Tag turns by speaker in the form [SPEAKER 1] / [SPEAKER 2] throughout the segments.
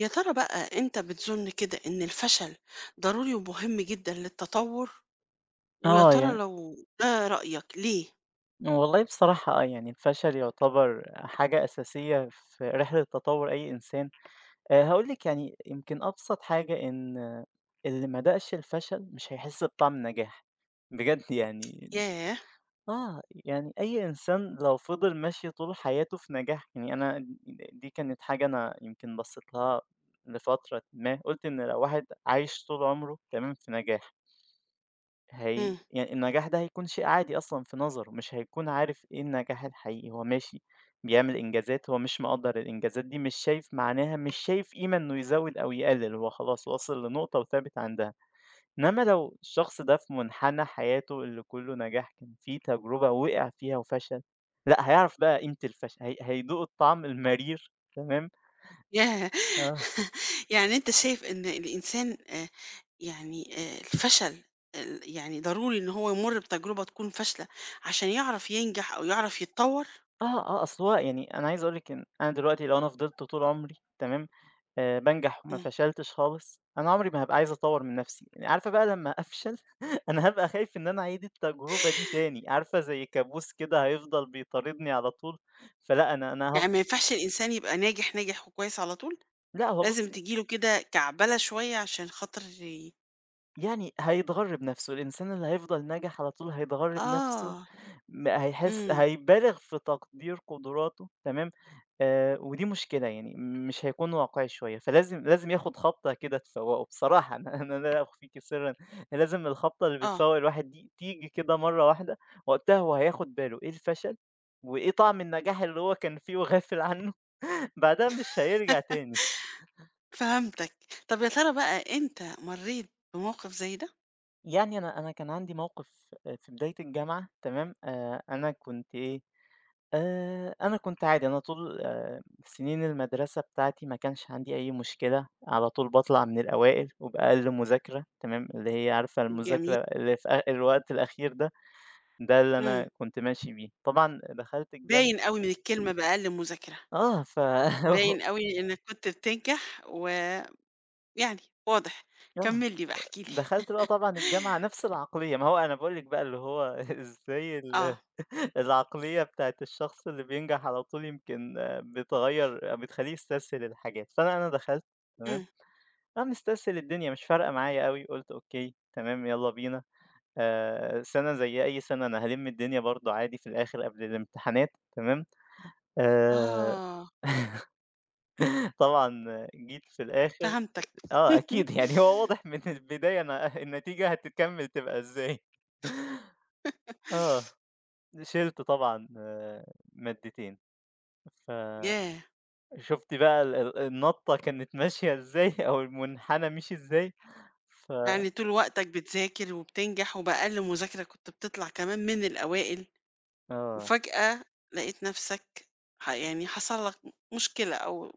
[SPEAKER 1] يا ترى بقى أنت بتظن كده إن الفشل ضروري ومهم جدا للتطور، ويا
[SPEAKER 2] آه،
[SPEAKER 1] ترى
[SPEAKER 2] يعني
[SPEAKER 1] لو ده رأيك ليه؟
[SPEAKER 2] والله بصراحة يعني الفشل يعتبر حاجة أساسية في رحلة تطوّر أي إنسان. هاقول لِك يعني يمكن أبسط حاجة إن اللي ما داقش الفشل مش هيحس بطعم النجاح، بجد يعني
[SPEAKER 1] ياه.
[SPEAKER 2] يعني أي إنسان لو فضل ماشي طول حياته في نجاح يعني دي كانت حاجة أنا يمكن بصّيت لها لفترة ما، قُلت إن لو واحد عايش طول عمره تمام في نجاح
[SPEAKER 1] مم.
[SPEAKER 2] يعني النجاح ده هيكون شيء عادي أصلًا في نظره، مش هيكون عارف إيه النجاح الحقيقي، هو ماشي بيعمل إنجازات، هو مش مقدّر الإنجازات دي، مش شايف معناها، مش شايف قيمة إنه يزوّد أو يقلل، هو خلاص وصل لنقطة وثابت عندها. إنما لو الشخص ده في منحنى حياته اللي كلّه نجاح، كان في تجربة وقع فيها وفشل، لأ هيعرف بقى قيمة الفشل، هيدوق الطعم المرير تمام،
[SPEAKER 1] ياه.
[SPEAKER 2] آه،
[SPEAKER 1] يعني أنت شايف إن الإنسان، يعني الفشل يعني ضروري إن هو يمر بتجربة تكون فاشلة عشان يعرف ينجح أو يعرف يتطور؟
[SPEAKER 2] أصل هو يعني عايز أقول لِك إن أنا دلوقتي لو أنا فضلت طول عمري تمام، بانجح وما
[SPEAKER 1] مم.
[SPEAKER 2] فشلتش خالص، أنا عمري ما هابقى عايز أطوّر من نَفْسي، يعني عارفة بقى لمّا أفشل أنا هابقى خايف إن أنا أعيد التجربة دي تاني، عارفة زي كابوس كده هيفضل بيطاردني على طول، فلأ أنا أنا هاف
[SPEAKER 1] يعني ما ينفعش الإنسان يبقى ناجح ناجح وكويس على طول،
[SPEAKER 2] لأ هو
[SPEAKER 1] لازم
[SPEAKER 2] بُصّي،
[SPEAKER 1] تجيله كده كعبلة شوية عشان خاطر
[SPEAKER 2] يعني هيتغر بنَفْسه، الإنسان اللي هيفضل ناجح على طول هيتغر بنَفْسه،
[SPEAKER 1] آه.
[SPEAKER 2] م هيحس
[SPEAKER 1] امم
[SPEAKER 2] هيبالغ في تقدير قدراته تمام؟ ودي مشكلة، يعني مش هيكون واقعي شوية، فلازم لازم ياخد خبطة كده تفوّقه بصراحة، أنا أنا لا أخفيكِ سرًا، لازم الخبطة اللي
[SPEAKER 1] آه.
[SPEAKER 2] بتفوّق الواحد دي تيجي كده مرّة واحدة، وقتها هو هياخد باله إيه الفشل، وإيه طعم النجاح اللي هو كان فيه وغافل عنه، بعدها مش هيرجع تاني.
[SPEAKER 1] فهمتك. طب يا ترى بقى أنت مرّيت بموقف زي ده؟
[SPEAKER 2] يعني أنا كان عندي موقف في بداية الجامعة تمام، أنا كنت عادي، أنا طول سنين المدرسة بتاعتي ما كانش عندي أي مشكلة، على طول باطلع من الأوائل وبأقل مذاكرة تمام، اللي هي عارفة
[SPEAKER 1] جميل.
[SPEAKER 2] المذاكرة اللي في الوقت الأخير ده، ده اللي
[SPEAKER 1] إمم.
[SPEAKER 2] أنا كنت ماشي بيه. طبعًا دخلت الجامعة
[SPEAKER 1] باين أوي من الكلمة بأقل مذاكرة،
[SPEAKER 2] آه، ف
[SPEAKER 1] باين أوي إنك كنت بتنجح ويعني واضح.
[SPEAKER 2] آه،
[SPEAKER 1] كمّل لي بقى، احكِ لي.
[SPEAKER 2] دخلت بقى طبعًا الجامعة نفس العقلية، ما هو أنا باقول لِك بقى اللي هو إزاي
[SPEAKER 1] آه.
[SPEAKER 2] العقلية بتاعة الشخص اللي بينجح على طول يمكن بتغيّر بتخلّيه يستسهل الحاجات، فأنا أنا دخلت تمام.
[SPEAKER 1] إمم.
[SPEAKER 2] مستسهل الدنيا مش فارقة معايا أوي، قُلت أوكي، تمام، يالّا بينا، سَنة زي أي سَنة أنا هالِم الدنيا برضه عادي في الآخر قبل الامتحانات، تمام، آآ،
[SPEAKER 1] آه.
[SPEAKER 2] طبعًا جيت في الآخر
[SPEAKER 1] فهمتك.
[SPEAKER 2] أكيد يعني هو واضح من البداية أنا النتيجة هتكمّل تبقى إزاي. آه، شِلت طبعًا مادتين، فشُفتِ
[SPEAKER 1] ياه!
[SPEAKER 2] بقى ال النَطّة كانت ماشية إزاي أو المنحنى مشي إزاي، ف
[SPEAKER 1] يعني طول وقتك بتذاكر وبتنجح وبأقل مذاكرة كنت بتطلع كمان من الأوائل،
[SPEAKER 2] آه،
[SPEAKER 1] وفجأة لقيت نَفْسك يعني حصل لك مشكلة أو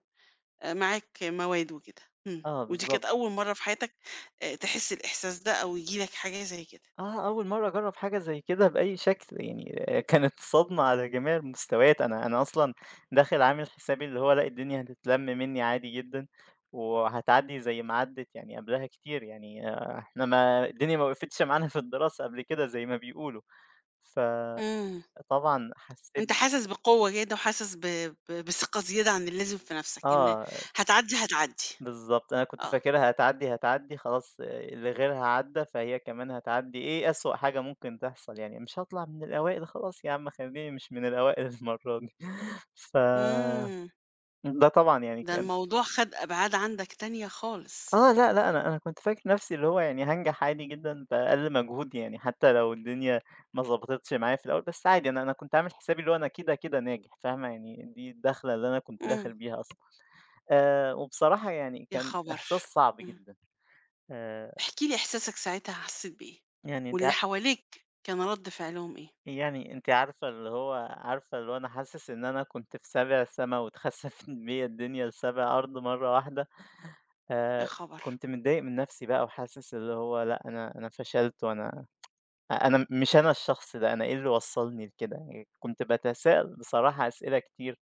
[SPEAKER 1] معاك مواد وكده. إمم،
[SPEAKER 2] آه
[SPEAKER 1] ودي كانت
[SPEAKER 2] بالضبط.
[SPEAKER 1] أول مرّة في حياتك تحس الإحساس ده أو ييجي لك حاجة زي كده.
[SPEAKER 2] أول مرّة أجرّب حاجة زي كده بأي شكل، يعني كانت صدمة على جميع المستويات، أنا أصلًا داخل عامل حسابي اللي هو لأ الدنيا هتتلم منّي عادي جدًا، وهتعدّي زي ما عدّت يعني قبلها كتير، يعني إحنا ما الدنيا ما وقفتش معانا في الدراسة قبل كده زي ما بيقولوا، فطبعًا
[SPEAKER 1] إمم،
[SPEAKER 2] حسّيت
[SPEAKER 1] أنت حاسس بقوة كده وحاسس ب ب بثقة زيادة عن اللازم في نَفْسك، إن
[SPEAKER 2] آه.
[SPEAKER 1] هتعدّي، هتعدّي.
[SPEAKER 2] بالضبط، أنا كنت
[SPEAKER 1] آه.
[SPEAKER 2] فاكرها هتعدّي، هتعدّي خلاص اللي غيرها عدّى فهي كمان هتعدّي، إيه أسوأ حاجة ممكن تحصل يعني مش هاطلع من الأوائل خلاص يا عم خلّيني مش من الأوائل المرّة دي، ف
[SPEAKER 1] إمم.
[SPEAKER 2] ده طبعًا يعني
[SPEAKER 1] ده
[SPEAKER 2] كان
[SPEAKER 1] الموضوع خَد أبعاد عندك تانية خالص.
[SPEAKER 2] لأ، لأ، أنا كنت فاكر نَفْسي اللي هو يعني هانجح عادي جدًا بأقل مجهود يعني حتى لو الدنيا ما ضبطتش معايا في الأول، بس عادي أنا كنت عامل حسابي اللي هو أنا كده، كده ناجح فاهمة، يعني دي الدخلة اللي أنا كنت
[SPEAKER 1] إمم.
[SPEAKER 2] داخل بيها أصلًا، وبصراحة يعني
[SPEAKER 1] يا
[SPEAKER 2] كان
[SPEAKER 1] خبر!
[SPEAKER 2] إحساس صعب
[SPEAKER 1] إمم.
[SPEAKER 2] جدًا، آآ
[SPEAKER 1] احكِ لي إحساسك ساعتها، حسّيت بإيه،
[SPEAKER 2] يعني أنتِ
[SPEAKER 1] واللي
[SPEAKER 2] ع
[SPEAKER 1] حواليك كان رَد فعلهم إيه؟
[SPEAKER 2] يعني أنتِ عارفة اللي هو أنا حاسس إن أنا كنت في سابع سما واتخسفت بيّا الدنيا لسابع أرض مرّة واحدة،
[SPEAKER 1] يا خبر!
[SPEAKER 2] فكنت متضايق من نفسي بقى وحاسس اللي هو لأ أنا فشلت وأنا مش أنا الشخص ده، أنا إيه اللي وصّلني لكده؟ يعني كنت باتساءل بصراحة أسئلة كتير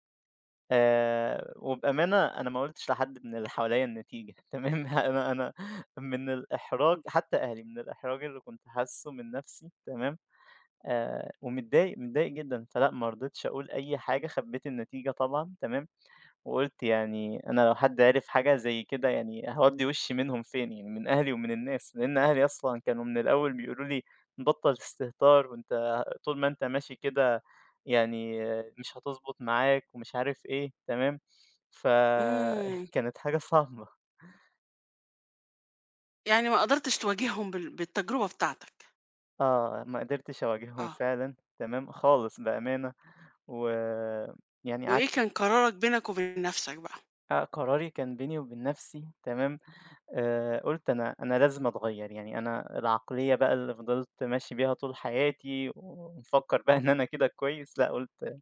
[SPEAKER 2] وبأمانة أنا ما قُلتش لحد من اللي حواليّا النتيجة تمام، أنا من الإحراج حتى أهلي، من الإحراج اللي كنت حاسُّه من نفسي تمام ومتضايق، متضايق جدًا، فلأ ما رضيتش أقول أي حاجة، خبّيت النتيجة طبعًا تمام، وقُلت يعني أنا لو حد عرف حاجة زي كده يعني هاودّي وشّي منهم فين يعني، من أهلي ومن الناس، لإن أهلي أصلًا كانوا من الأول بيقولوا لي: "بطّل استهتار وأنت طول ما أنت ماشي كده يعني مش هتضبط معاك." ومش عارف إيه، تمام، ف
[SPEAKER 1] إمم.
[SPEAKER 2] كانت حاجة صعبة،
[SPEAKER 1] يعني ما قدرتش تواجههم بالتجربة بتاعتك.
[SPEAKER 2] آه، ما قدرتش أواجههم
[SPEAKER 1] آه.
[SPEAKER 2] فعلًا، تمام، خالص بأمانة، ويعني
[SPEAKER 1] وإيه كان قرارك بينك وبين نَفْسك بقى؟
[SPEAKER 2] قراري كان بيني وبين نفسي تمام، قُلت أنا لازم أتغيّر، يعني أنا العقلية بقى اللي فضلت ماشي بيها طول حياتي ومفكّر بقى إن أنا كده كويس، لأ قُلت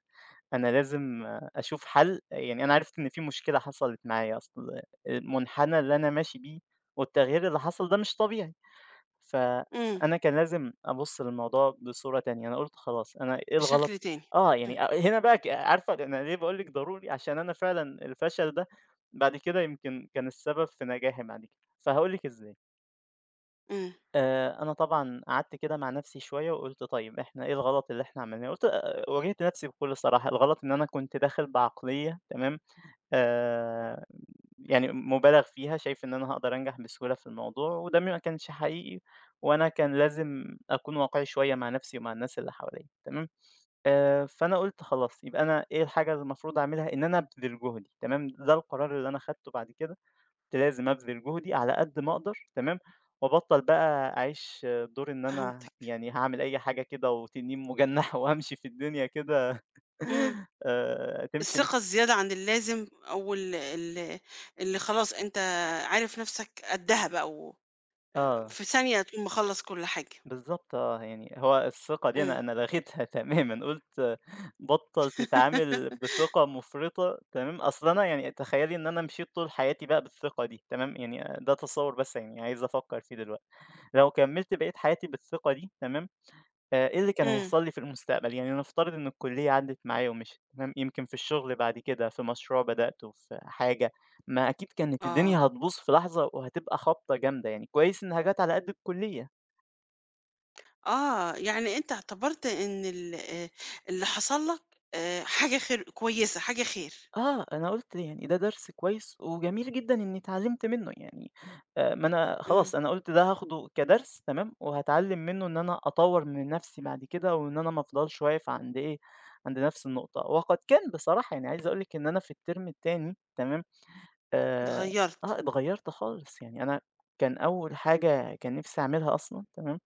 [SPEAKER 2] أنا لازم أشوف حَل، يعني أنا عرفت إن في مشكلة حصلت معايا، أصل المنحنى اللي أنا ماشي بيه والتغيير اللي حصل ده مش طبيعي.
[SPEAKER 1] إمم.
[SPEAKER 2] فأنا كان لازم أبُص للموضوع بصورة تانية، أنا قُلت خلاص أنا إيه
[SPEAKER 1] بشكل
[SPEAKER 2] الغلط؟
[SPEAKER 1] تاني. إمم،
[SPEAKER 2] يعني هنا بقى عارفة أنا ليه باقول لِك ضروري؟ عشان أنا فعلًا الفشل ده بعد كده يمكن كان السبب في نجاحي بعد كده، فهاقول لِك إزاي.
[SPEAKER 1] إمم.
[SPEAKER 2] أنا طبعًا قعدت كده مع نفسي شوية وقُلت طيب إحنا إيه الغلط اللي إحنا عملناه؟ قُلت واجهت نفسي بكل صراحة، الغلط إن أنا كنت داخل بعقلية تمام، آآ يعني مُبالغ فيها، شايف إن أنا هاقدر أنجح بسهولة في الموضوع، وده ما كانش حقيقي، وأنا كان لازم أكون واقعي شوية مع نفسي ومع الناس اللي حواليّا، تمام؟ فأنا قُلت خلاص يبقى أنا إيه الحاجة اللي المفروض أعملها، إن أنا أبذل جهدي، تمام؟ ده القرار اللي أنا خدته بعد كده، كنت لازم أبذل جهدي على قد ما أقدر، تمام؟ وأبطّل بقى أعيش دور إن أنا
[SPEAKER 1] فهمتك.
[SPEAKER 2] يعني هاعمل أي حاجة كده وتنين مُجنّح وهامشي في الدنيا كده
[SPEAKER 1] إمم،
[SPEAKER 2] تمشي م
[SPEAKER 1] الثقة الزيادة عن اللازم، أو ال ال اللي خلاص أنت عارف نَفْسك قدّها بقى، و
[SPEAKER 2] آه.
[SPEAKER 1] في ثانية تقوم مخلّص كل حاجة.
[SPEAKER 2] بالضبط يعني هو الثقة دي
[SPEAKER 1] إمم.
[SPEAKER 2] أنا لغيتها تمامًا، قُلت بطّل تتعامل بثقة مُفرطة تمام، أصل أنا يعني تخيّلي إن أنا مشيت طول حياتي بقى بالثقة دي تمام، يعني ده تصوُّر بس يعني عايز أفكّر فيه دلوقتي، لو كمّلت بقية حياتي بالثقة دي تمام، إيه اللي كان
[SPEAKER 1] إمم.
[SPEAKER 2] هيحصل لي في المستقبل؟ يعني نفترض إن الكُلّية عدّت معايا ومشيت تمام، يمكن في الشغل بعد كده، في مشروع بدأته، في حاجة، ما أكيد كانت الدنيا
[SPEAKER 1] آه،
[SPEAKER 2] هتبوظ في لحظة وهتبقى خبطة جامدة يعني، كويس إنها جات على قد الكُلّية.
[SPEAKER 1] آه، يعني أنت اعتبرت إن ال اللي حصل لك، حاجة خير كويسة، حاجة خير.
[SPEAKER 2] أنا قُلت يعني ده درس كويس وجميل جدًا إنّي اتعلّمت منّه يعني ما أنا
[SPEAKER 1] إمم،
[SPEAKER 2] خلاص أنا قُلت ده هاخده كدرس تمام، وهاتعلّم منّه إن أنا أطوّر من نَفْسي بعد كده وإن أنا ما أفضلش واقف عند إيه، عند نَفْس النقطة. وقد كان بصراحة، يعني عايز أقول لِك إن أنا في الترم التاني تمام، آآ
[SPEAKER 1] اتغيّرت.
[SPEAKER 2] اتغيّرت خالص، يعني أنا كان أول حاجة كان نِفْسي أعملها أصلًا تمام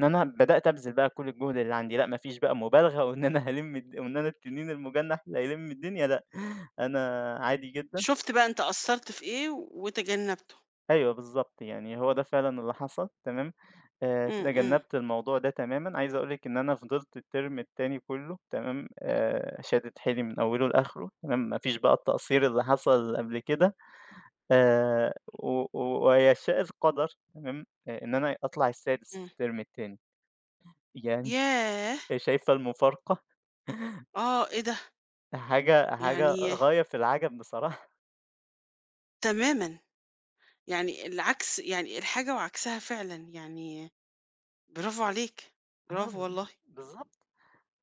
[SPEAKER 2] إن أنا بدأت أبذل بقى كل الجهد اللي عندي، لأ ما فيش بقى مبالغة وإن أنا التنين المجنح اللي هيلِم الدنيا لأ، أنا عادي جدًا
[SPEAKER 1] شُفت بقى أنت قصّرت في إيه وتجنّبته.
[SPEAKER 2] أيوه بالضبط، يعني هو ده فعلًا اللي حصل تمام،
[SPEAKER 1] إمم، إمم،
[SPEAKER 2] تجنّبت الموضوع ده تمامًا، عايز أقول لِك إن أنا فضلت الترم التاني كلّه تمام، شادد حيلي من أوله لآخره تمام، ما فيش بقى التقصير اللي حصل قبل كده، آآ و و ويشاء القدر تمام، إن أنا أطلع السادس
[SPEAKER 1] إمم.
[SPEAKER 2] في الترم التاني، يعني
[SPEAKER 1] ياه!
[SPEAKER 2] شايفة المفارقة؟
[SPEAKER 1] آه، إيه ده!
[SPEAKER 2] حاجة
[SPEAKER 1] يعني
[SPEAKER 2] غاية في العجب بصراحة.
[SPEAKER 1] تمامًا، يعني العكس، يعني الحاجة وعكسها فعلًا، يعني برافو عليك،
[SPEAKER 2] آه
[SPEAKER 1] برافو والله.
[SPEAKER 2] بالضبط.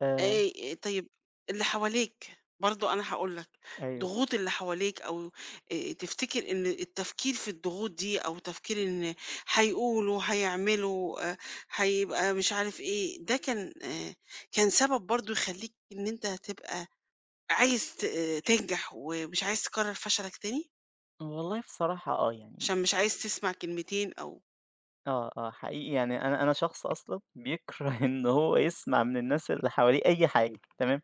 [SPEAKER 2] آآ
[SPEAKER 1] طيب اللي حواليك، برضه أنا هاقول لك،
[SPEAKER 2] أيوه.
[SPEAKER 1] ضغوط اللي حواليك، أو تفتكر إن التفكير في الضغوط دي، أو تفكير إن هيقولوا، هيعملوا، هيبقى مش عارف إيه، ده كان سبب برضه يخلّيك إن أنت تبقى عايز ت آه، تنجح ومش عايز تكرر فشلك تاني؟
[SPEAKER 2] والله بصراحة يعني
[SPEAKER 1] عشان مش عايز تسمع كلمتين أو
[SPEAKER 2] حقيقي يعني أنا شخص أصلًا بيكره إن هو يسمع من الناس اللي حواليه أي حاجة تمام،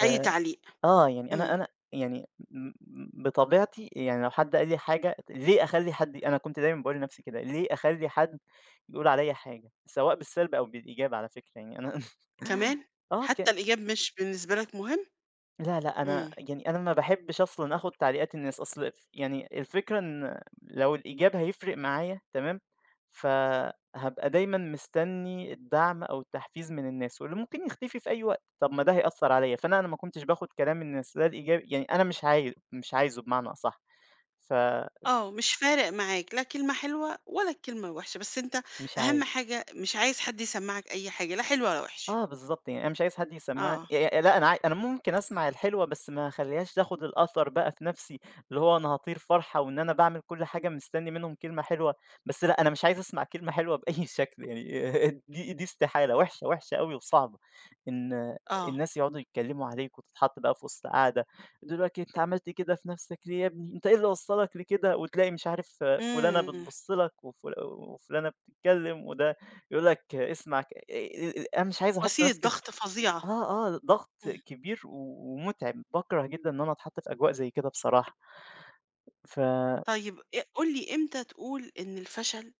[SPEAKER 1] أي
[SPEAKER 2] آآ
[SPEAKER 1] تعليق.
[SPEAKER 2] يعني أنا
[SPEAKER 1] إمم.
[SPEAKER 2] أنا يعني م م بطبيعتي يعني لو حد قال لي حاجة ليه أخلّي حد أنا كنت دايمًا باقول لنفسي كده، ليه أخلّي حد يقول عليَّ حاجة، سواء بالسلب أو بالإيجاب على فكرة يعني أنا
[SPEAKER 1] كمان!
[SPEAKER 2] آه ك
[SPEAKER 1] حتى الإيجاب مش بالنسبة لك مهم؟
[SPEAKER 2] لا، لأ، أنا
[SPEAKER 1] إمم.
[SPEAKER 2] يعني أنا ما باحبش أصلًا آخُد تعليقات الناس، أصل ف يعني الفكرة إن لو الإيجاب هيفرق معايا تمام، فهابقى دايمًا مستنّي الدعم أو التحفيز من الناس، واللي ممكن يختفي في أي وقت، طَب ما ده هيأثّر عليّا، فأنا أنا ما كنتش باخُد كلام الناس لا الإيجابي يعني أنا مش عايزه بمعنى أصح، فمش
[SPEAKER 1] آه، مش فارق معاك لا كلمة حلوة ولا الكلمة الوحشة، بس أنت أهم
[SPEAKER 2] عاي
[SPEAKER 1] حاجة مش عايز حد يسمّعك أي حاجة، لا حلوة ولا وحشة.
[SPEAKER 2] آه بالضبط، يعني أنا مش عايز حد يسمّعني
[SPEAKER 1] آه،
[SPEAKER 2] لأ أنا أنا ممكن أسمع الحلوة بس ما أخلّيهاش تاخد الأثر بقى في نَفْسي، اللي هو أنا هاطير فرحة وإن أنا باعمل كل حاجة مستنّي منهم كلمة حلوة، بس لأ أنا مش عايز أسمع كلمة حلوة بأي شكل يعني دي استحالة وحشة، وحشة أوي وصعبة، إن
[SPEAKER 1] آه.
[SPEAKER 2] الناس يقعدوا يتكلّموا عليك وتتحط بقى في وسط قعدة، دلوقتي أنت عملت كده في نَفْسك ليه يا ابني، أنت إيه اللي وصّلك لكده، وتلاقي مش عارف فلانة
[SPEAKER 1] إمم.
[SPEAKER 2] بتبُص لك وفلانة بتتكلّم وده يقول لك اسمع ك أنا مش عايز أحُط
[SPEAKER 1] وسيلة
[SPEAKER 2] نَفْسي
[SPEAKER 1] ضغط فظيعة.
[SPEAKER 2] آه، آه، ضغط
[SPEAKER 1] إمم.
[SPEAKER 2] كبير ومُتعب، باكره جدًا إن أنا أتحَط في أجواء زي كده بصراحة، ف
[SPEAKER 1] طيب قُل لي إمتى تقول إن الفشل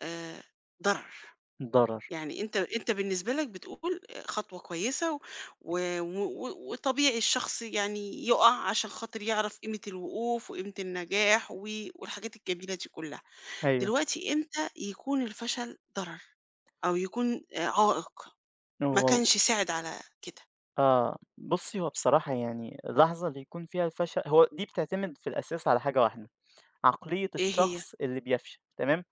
[SPEAKER 1] آآ ضرر؟
[SPEAKER 2] ضرر.
[SPEAKER 1] يعني أنت بالنسبة لك بتقول خطوة كويسة و و و وطبيعي الشخص يعني يُقَع عشان خاطر يعرف قيمة الوقوف وقيمة النجاح و والحاجات الجميلة دي كلّها.
[SPEAKER 2] أيوه.
[SPEAKER 1] دلوقتي إمتى يكون الفشل ضرر، أو يكون عائق ما
[SPEAKER 2] وال
[SPEAKER 1] كانش ساعد على كده؟
[SPEAKER 2] آه. بُصّي، هو بصراحة يعني اللحظة اللي يكون فيها الفشل هو دي بتعتمد في الأساس على حاجة واحدة، عقلية
[SPEAKER 1] إيه هي؟
[SPEAKER 2] الشخص اللي بيفشل، تمام؟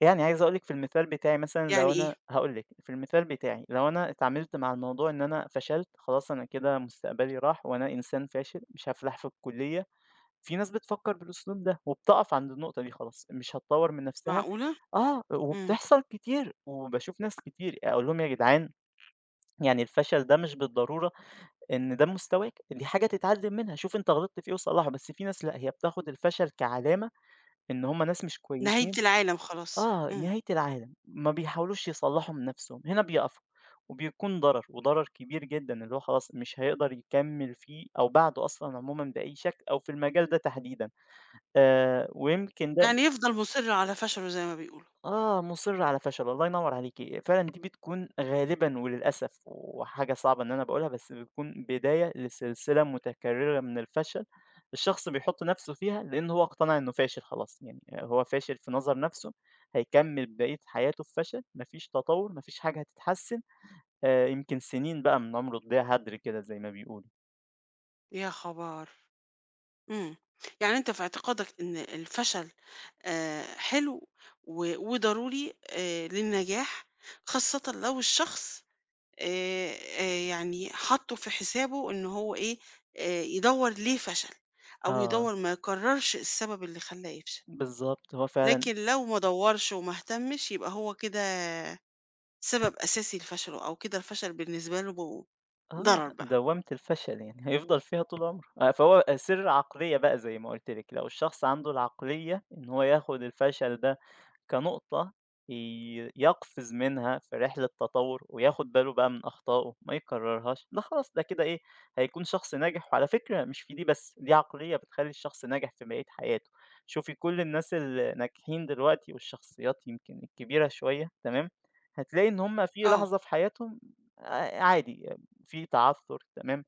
[SPEAKER 2] يعني عايز أقول لِك في المثال بتاعي مثلًا
[SPEAKER 1] يعني
[SPEAKER 2] لو
[SPEAKER 1] إيه؟
[SPEAKER 2] أنا هاقول لِك، في المثال بتاعي لو أنا اتعاملت مع الموضوع إن أنا فشلت، خلاص أنا كده مستقبلي راح وأنا إنسان فاشل، مش هافلح في الكُلّية في ناس بتفكّر بالأسلوب ده، وبتقف عند النقطة دي خلاص، مش هتطوّر من نفسها
[SPEAKER 1] معقولة؟
[SPEAKER 2] آه،
[SPEAKER 1] إمم.
[SPEAKER 2] وبتحصل كتير، وباشوف ناس كتير أقول لهم: "يا جدعان يعني الفشل ده مش بالضرورة إن ده مستواك، دي حاجة تتعلّم منها، شوف أنت غلطت في إيه وصلّحه." بس في ناس لأ، هي بتاخد الفشل كعلامة إن هم ناس مش
[SPEAKER 1] نهاية
[SPEAKER 2] كويسين
[SPEAKER 1] العالم خلاص.
[SPEAKER 2] آه،
[SPEAKER 1] إمم.
[SPEAKER 2] نهاية العالم، ما بيحاولوش يصلّحوا من نفسهم، هنا بيقفوا، وبيكون ضرر وضرر كبير جدًا، اللي هو خلاص مش هيقدر يكمّل فيه أو بعده أصلًا عمومًا بأي شكل أو في المجال ده تحديدًا. ويمكن ده
[SPEAKER 1] يعني يفضل مُصِر على فشله زي ما بيقولوا.
[SPEAKER 2] آه، مُصِر على فشله، الله ينوّر عليكِ، فعلًا دي بتكون غالبًا وللأسف وحاجة صعبة إن أنا باقولها، بس بتكون بداية لسلسلة متكررة من الفشل، الشخص بيحُط نَفْسه فيها لإن هو اقتنع إنه فاشل خلاص، يعني هو فاشل في نظر نَفْسه، هيكمّل بقية حياته في فشل، ما فيش تطوّر، ما فيش حاجة هتتحسّن، يمكن سنين بقى من عمره تضيع هدر كده زي ما بيقولوا.
[SPEAKER 1] يا خبر! إمم. يعني أنت في اعتقادك إن الفشل حلو و وضروري للنجاح، خاصةً لو الشخص آآ يعني حاطّه في حسابه إن هو إيه، يدوّر ليه فشل، أو
[SPEAKER 2] آه،
[SPEAKER 1] يدوّر ما يكرّرش السبب اللي خلّاه يفشل،
[SPEAKER 2] بالضبط، هو فعلًا
[SPEAKER 1] لكن لو ما دوّرش وما اهتمش، يبقى هو كده سبب أساسي لفشله، أو كده الفشل بالنسبة له ضرر بقى.
[SPEAKER 2] دوّامة الفشل يعني هيفضل فيها طول عمره، فهو سر عقلية بقى زي ما قُلت لِك، لو الشخص عنده العقلية إن هو ياخد الفشل ده كنقطة يقفز منها في رحلة تطور وياخد باله بقى من أخطائه ما يكررهاش ده خلاص ده كده إيه هيكون شخص ناجح وعلى فكرة مش في دي بس دي عقلية بتخلي الشخص ناجح في بقية حياته شوفي كل الناس الناجحين دلوقتي والشخصيات يمكن الكبيرة شوية تمام هتلاقي إن هما في
[SPEAKER 1] آه،
[SPEAKER 2] لحظة في حياتهم آه، عادي في تعثر تمام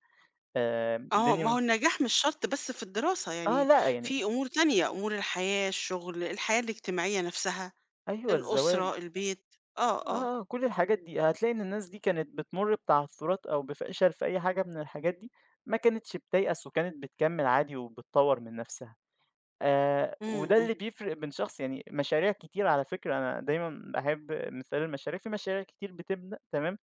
[SPEAKER 1] آه. ما هو
[SPEAKER 2] الدنيا
[SPEAKER 1] النجاح مش شرط بس في الدراسة،
[SPEAKER 2] آه
[SPEAKER 1] يعني
[SPEAKER 2] لأ يعني
[SPEAKER 1] في أمور تانية، أمور الحياة، الشغل، الحياة الاجتماعية نَفْسها.
[SPEAKER 2] أيوه الزواج
[SPEAKER 1] الأسرة، البيت، آه، آه.
[SPEAKER 2] آه، آه، كل الحاجات دي، هتلاقي إن الناس دي كانت بتمُر بتعثُّرات أو بفشل في أي حاجة من الحاجات دي، ما كانتش بتيأس وكانت بتكمّل عادي وبتطوّر من نَفْسها.
[SPEAKER 1] إمم،
[SPEAKER 2] وده
[SPEAKER 1] إمم.
[SPEAKER 2] اللي بيفرق بين شخص يعني مشاريع كتير على فكرة أنا دايمًا باحب مثال المشاريع، في مشاريع كتير بتبدأ تمام،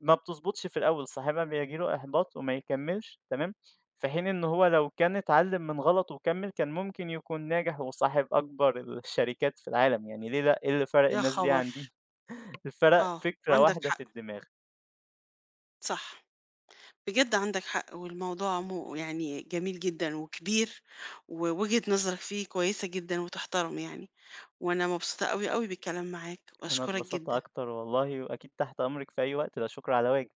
[SPEAKER 2] ما بتضبطش في الأول، صاحبها بييجي له إحباط وما يكمّلش تمام، في حين إن هو لو كان اتعلّم من غلطه وكمّل كان ممكن يكون ناجح وصاحب أكبر الشركات في العالم، يعني ليه لأ، إيه اللي فرق
[SPEAKER 1] يا
[SPEAKER 2] الناس دي
[SPEAKER 1] خبر!
[SPEAKER 2] عن دي؟ الفرق
[SPEAKER 1] آه،
[SPEAKER 2] فكرة
[SPEAKER 1] عندك
[SPEAKER 2] واحدة
[SPEAKER 1] حق.
[SPEAKER 2] في الدماغ.
[SPEAKER 1] صح. بجد عندك حق، والموضوع مو يعني جميل جدًا وكبير، ووجهة نظرك فيه كويسة جدًا وتحترم يعني، وأنا مبسوطة أوي، أوي بالكلام معاك،
[SPEAKER 2] أنا
[SPEAKER 1] وأشكرك
[SPEAKER 2] اتبسطت
[SPEAKER 1] جدًا.
[SPEAKER 2] أكتر والله، وأكيد تحت أمرِك في أي وقت، لا شكر على واجب.